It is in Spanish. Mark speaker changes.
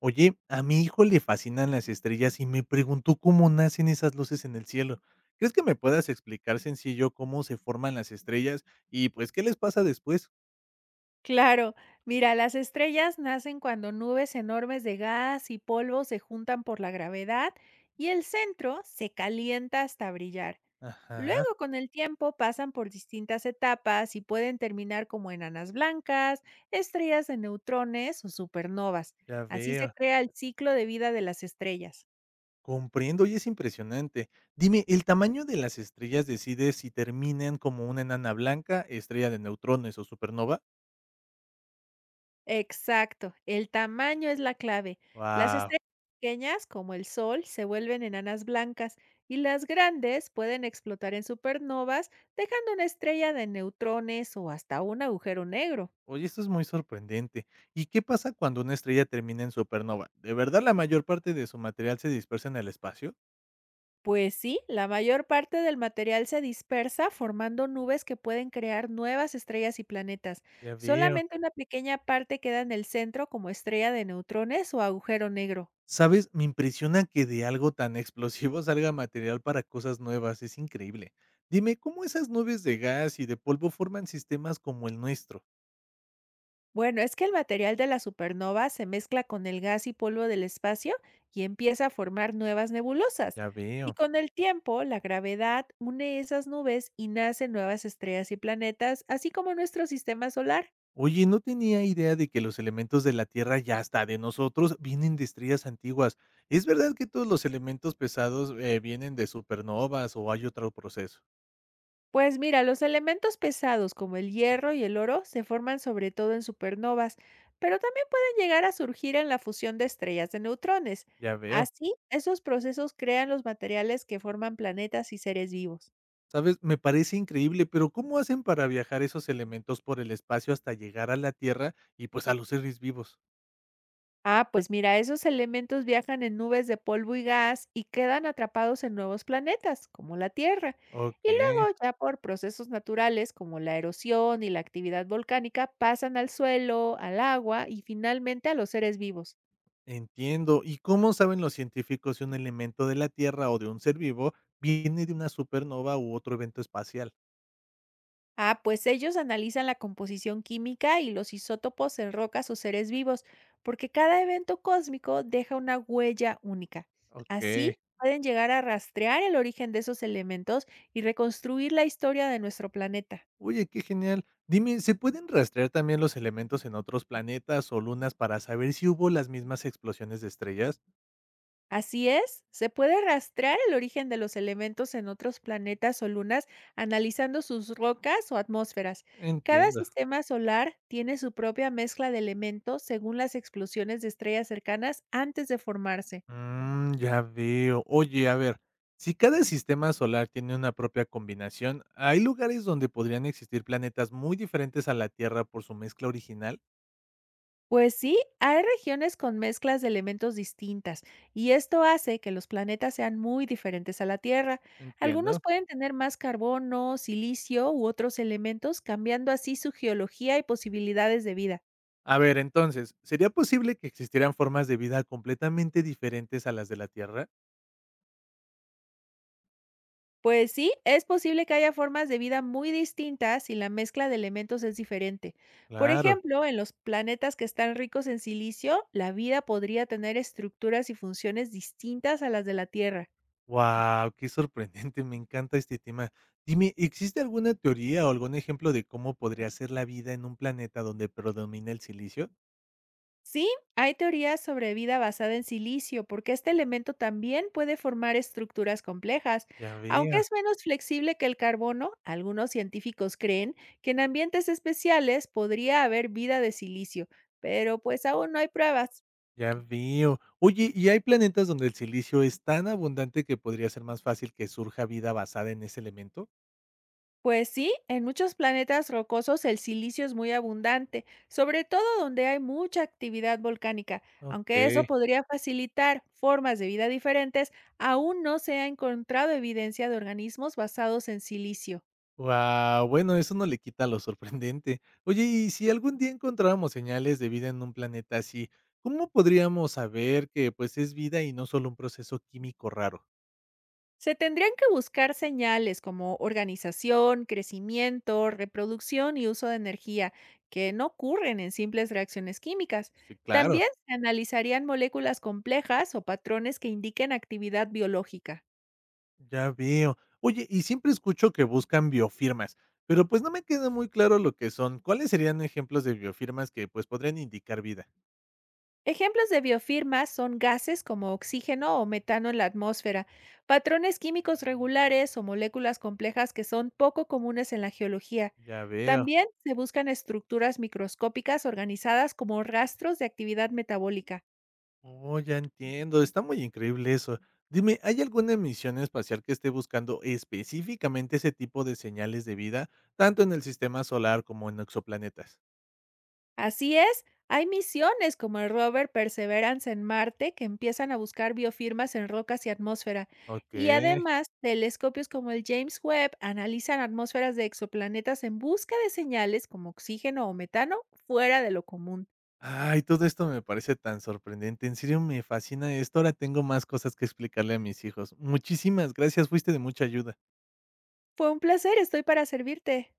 Speaker 1: Oye, a mi hijo le fascinan las estrellas y me preguntó cómo nacen esas luces en el cielo. ¿Crees que me puedas explicar sencillo cómo se forman las estrellas y pues qué les pasa después?
Speaker 2: Claro, mira, las estrellas nacen cuando nubes enormes de gas y polvo se juntan por la gravedad y el centro se calienta hasta brillar.
Speaker 1: Ajá,
Speaker 2: Luego, con el tiempo, pasan por distintas etapas y pueden terminar como enanas blancas, estrellas de neutrones o supernovas.
Speaker 1: ya
Speaker 2: Así se
Speaker 1: veo.
Speaker 2: crea el ciclo de vida de las estrellas.
Speaker 1: Comprendo y es impresionante. Dime, ¿el tamaño de las estrellas decide si terminan como una enana blanca, estrella de neutrones o supernova?
Speaker 2: Exacto, el tamaño es la clave. Las
Speaker 1: Wow.
Speaker 2: estrellas pequeñas, como el Sol, se vuelven enanas blancas y las grandes pueden explotar en supernovas, dejando una estrella de neutrones o hasta un agujero negro.
Speaker 1: Oye, esto es muy sorprendente. ¿Y qué pasa cuando una estrella termina en supernova? ¿De verdad la mayor parte de su material se dispersa en el espacio?
Speaker 2: Pues sí, la mayor parte del material se dispersa formando nubes que pueden crear nuevas estrellas y planetas.
Speaker 1: Ya veo.
Speaker 2: Solamente una pequeña parte queda en el centro como estrella de neutrones o agujero negro.
Speaker 1: ¿Sabes? Me impresiona que de algo tan explosivo salga material para cosas nuevas, es increíble. Dime, ¿cómo esas nubes de gas y de polvo forman sistemas como el nuestro?
Speaker 2: Bueno, es que el material de la supernova se mezcla con el gas y polvo del espacio y empieza a formar nuevas nebulosas.
Speaker 1: Ya
Speaker 2: Y
Speaker 1: veo.
Speaker 2: con el tiempo, la gravedad une esas nubes y nacen nuevas estrellas y planetas, así como nuestro sistema solar.
Speaker 1: Oye, no tenía idea de que los elementos de la Tierra y hasta de nosotros vienen de estrellas antiguas. ¿Es verdad que todos los elementos pesados vienen de supernovas o hay otro proceso?
Speaker 2: Pues mira, los elementos pesados como el hierro y el oro se forman sobre todo en supernovas, pero también pueden llegar a surgir en la fusión de estrellas de neutrones.
Speaker 1: Ya veo.
Speaker 2: Así, esos procesos crean los materiales que forman planetas y seres vivos.
Speaker 1: ¿Sabes? Me parece increíble, pero ¿cómo hacen para viajar esos elementos por el espacio hasta llegar a la Tierra y pues a los seres vivos?
Speaker 2: Ah, pues mira, esos elementos viajan en nubes de polvo y gas y quedan atrapados en nuevos planetas, como la Tierra. Y
Speaker 1: Ok.
Speaker 2: luego, ya por procesos naturales como la erosión y la actividad volcánica, pasan al suelo, al agua y finalmente a los seres vivos.
Speaker 1: Entiendo. ¿Y cómo saben los científicos si un elemento de la Tierra o de un ser vivo viene de una supernova u otro evento espacial?
Speaker 2: Ah, pues ellos analizan la composición química y los isótopos en rocas o seres vivos, porque cada evento cósmico deja una huella única.
Speaker 1: Ok.
Speaker 2: Así pueden llegar a rastrear el origen de esos elementos y reconstruir la historia de nuestro planeta.
Speaker 1: Oye, qué genial. Dime, ¿se pueden rastrear también los elementos en otros planetas o lunas para saber si hubo las mismas explosiones de estrellas?
Speaker 2: Así es, se puede rastrear el origen de los elementos en otros planetas o lunas analizando sus rocas o atmósferas. Cada
Speaker 1: Entiendo.
Speaker 2: sistema solar tiene su propia mezcla de elementos según las explosiones de estrellas cercanas antes de formarse.
Speaker 1: Mm, ya veo. Oye, a ver, si cada sistema solar tiene una propia combinación, ¿hay lugares donde podrían existir planetas muy diferentes a la Tierra por su mezcla original?
Speaker 2: Pues sí, hay regiones con mezclas de elementos distintas y esto hace que los planetas sean muy diferentes a la Tierra. Algunos
Speaker 1: Entiendo.
Speaker 2: pueden tener más carbono, silicio u otros elementos, cambiando así su geología y posibilidades de vida.
Speaker 1: A ver, entonces, ¿sería posible que existieran formas de vida completamente diferentes a las de la Tierra?
Speaker 2: Pues sí, es posible que haya formas de vida muy distintas si la mezcla de elementos es diferente. Por
Speaker 1: Claro.
Speaker 2: ejemplo, en los planetas que están ricos en silicio, la vida podría tener estructuras y funciones distintas a las de la Tierra.
Speaker 1: Wow, qué sorprendente, me encanta este tema. Dime, ¿existe alguna teoría o algún ejemplo de cómo podría ser la vida en un planeta donde predomina el silicio?
Speaker 2: Sí, hay teorías sobre vida basada en silicio, porque este elemento también puede formar estructuras complejas.
Speaker 1: Ya
Speaker 2: Aunque
Speaker 1: veo,
Speaker 2: es menos flexible que el carbono, algunos científicos creen que en ambientes especiales podría haber vida de silicio, pero pues aún no hay pruebas.
Speaker 1: ya veo. Oye, ¿y hay planetas donde el silicio es tan abundante que podría ser más fácil que surja vida basada en ese elemento?
Speaker 2: Pues sí, en muchos planetas rocosos el silicio es muy abundante, sobre todo donde hay mucha actividad volcánica. Aunque eso
Speaker 1: Ok.
Speaker 2: podría facilitar formas de vida diferentes, aún no se ha encontrado evidencia de organismos basados en silicio.
Speaker 1: Wow, bueno, eso no le quita lo sorprendente. Oye, y si algún día encontráramos señales de vida en un planeta así, ¿cómo podríamos saber que pues es vida y no solo un proceso químico raro?
Speaker 2: Se tendrían que buscar señales como organización, crecimiento, reproducción y uso de energía, que no ocurren en simples reacciones químicas.
Speaker 1: Sí, claro. Claro,
Speaker 2: También se analizarían moléculas complejas o patrones que indiquen actividad biológica.
Speaker 1: ya veo. Oye, y siempre escucho que buscan biofirmas, pero pues no me queda muy claro lo que son. ¿Cuáles serían ejemplos de biofirmas que pues podrían indicar vida?
Speaker 2: Ejemplos de biofirmas son gases como oxígeno o metano en la atmósfera, patrones químicos regulares o moléculas complejas que son poco comunes en la geología.
Speaker 1: Ya veo.
Speaker 2: También se buscan estructuras microscópicas organizadas como rastros de actividad metabólica.
Speaker 1: Oh, ya entiendo, está muy increíble eso. Dime, ¿hay alguna misión espacial que esté buscando específicamente ese tipo de señales de vida, tanto en el sistema solar como en exoplanetas?
Speaker 2: Así es, hay misiones como el rover Perseverance en Marte que empiezan a buscar biofirmas en rocas y atmósfera. Y
Speaker 1: Okey.
Speaker 2: además, telescopios como el James Webb analizan atmósferas de exoplanetas en busca de señales como oxígeno o metano fuera de lo común.
Speaker 1: Ay, todo esto me parece tan sorprendente, en serio me fascina esto, ahora tengo más cosas que explicarle a mis hijos. Muchísimas gracias, fuiste de mucha ayuda.
Speaker 2: Fue un placer, estoy para servirte.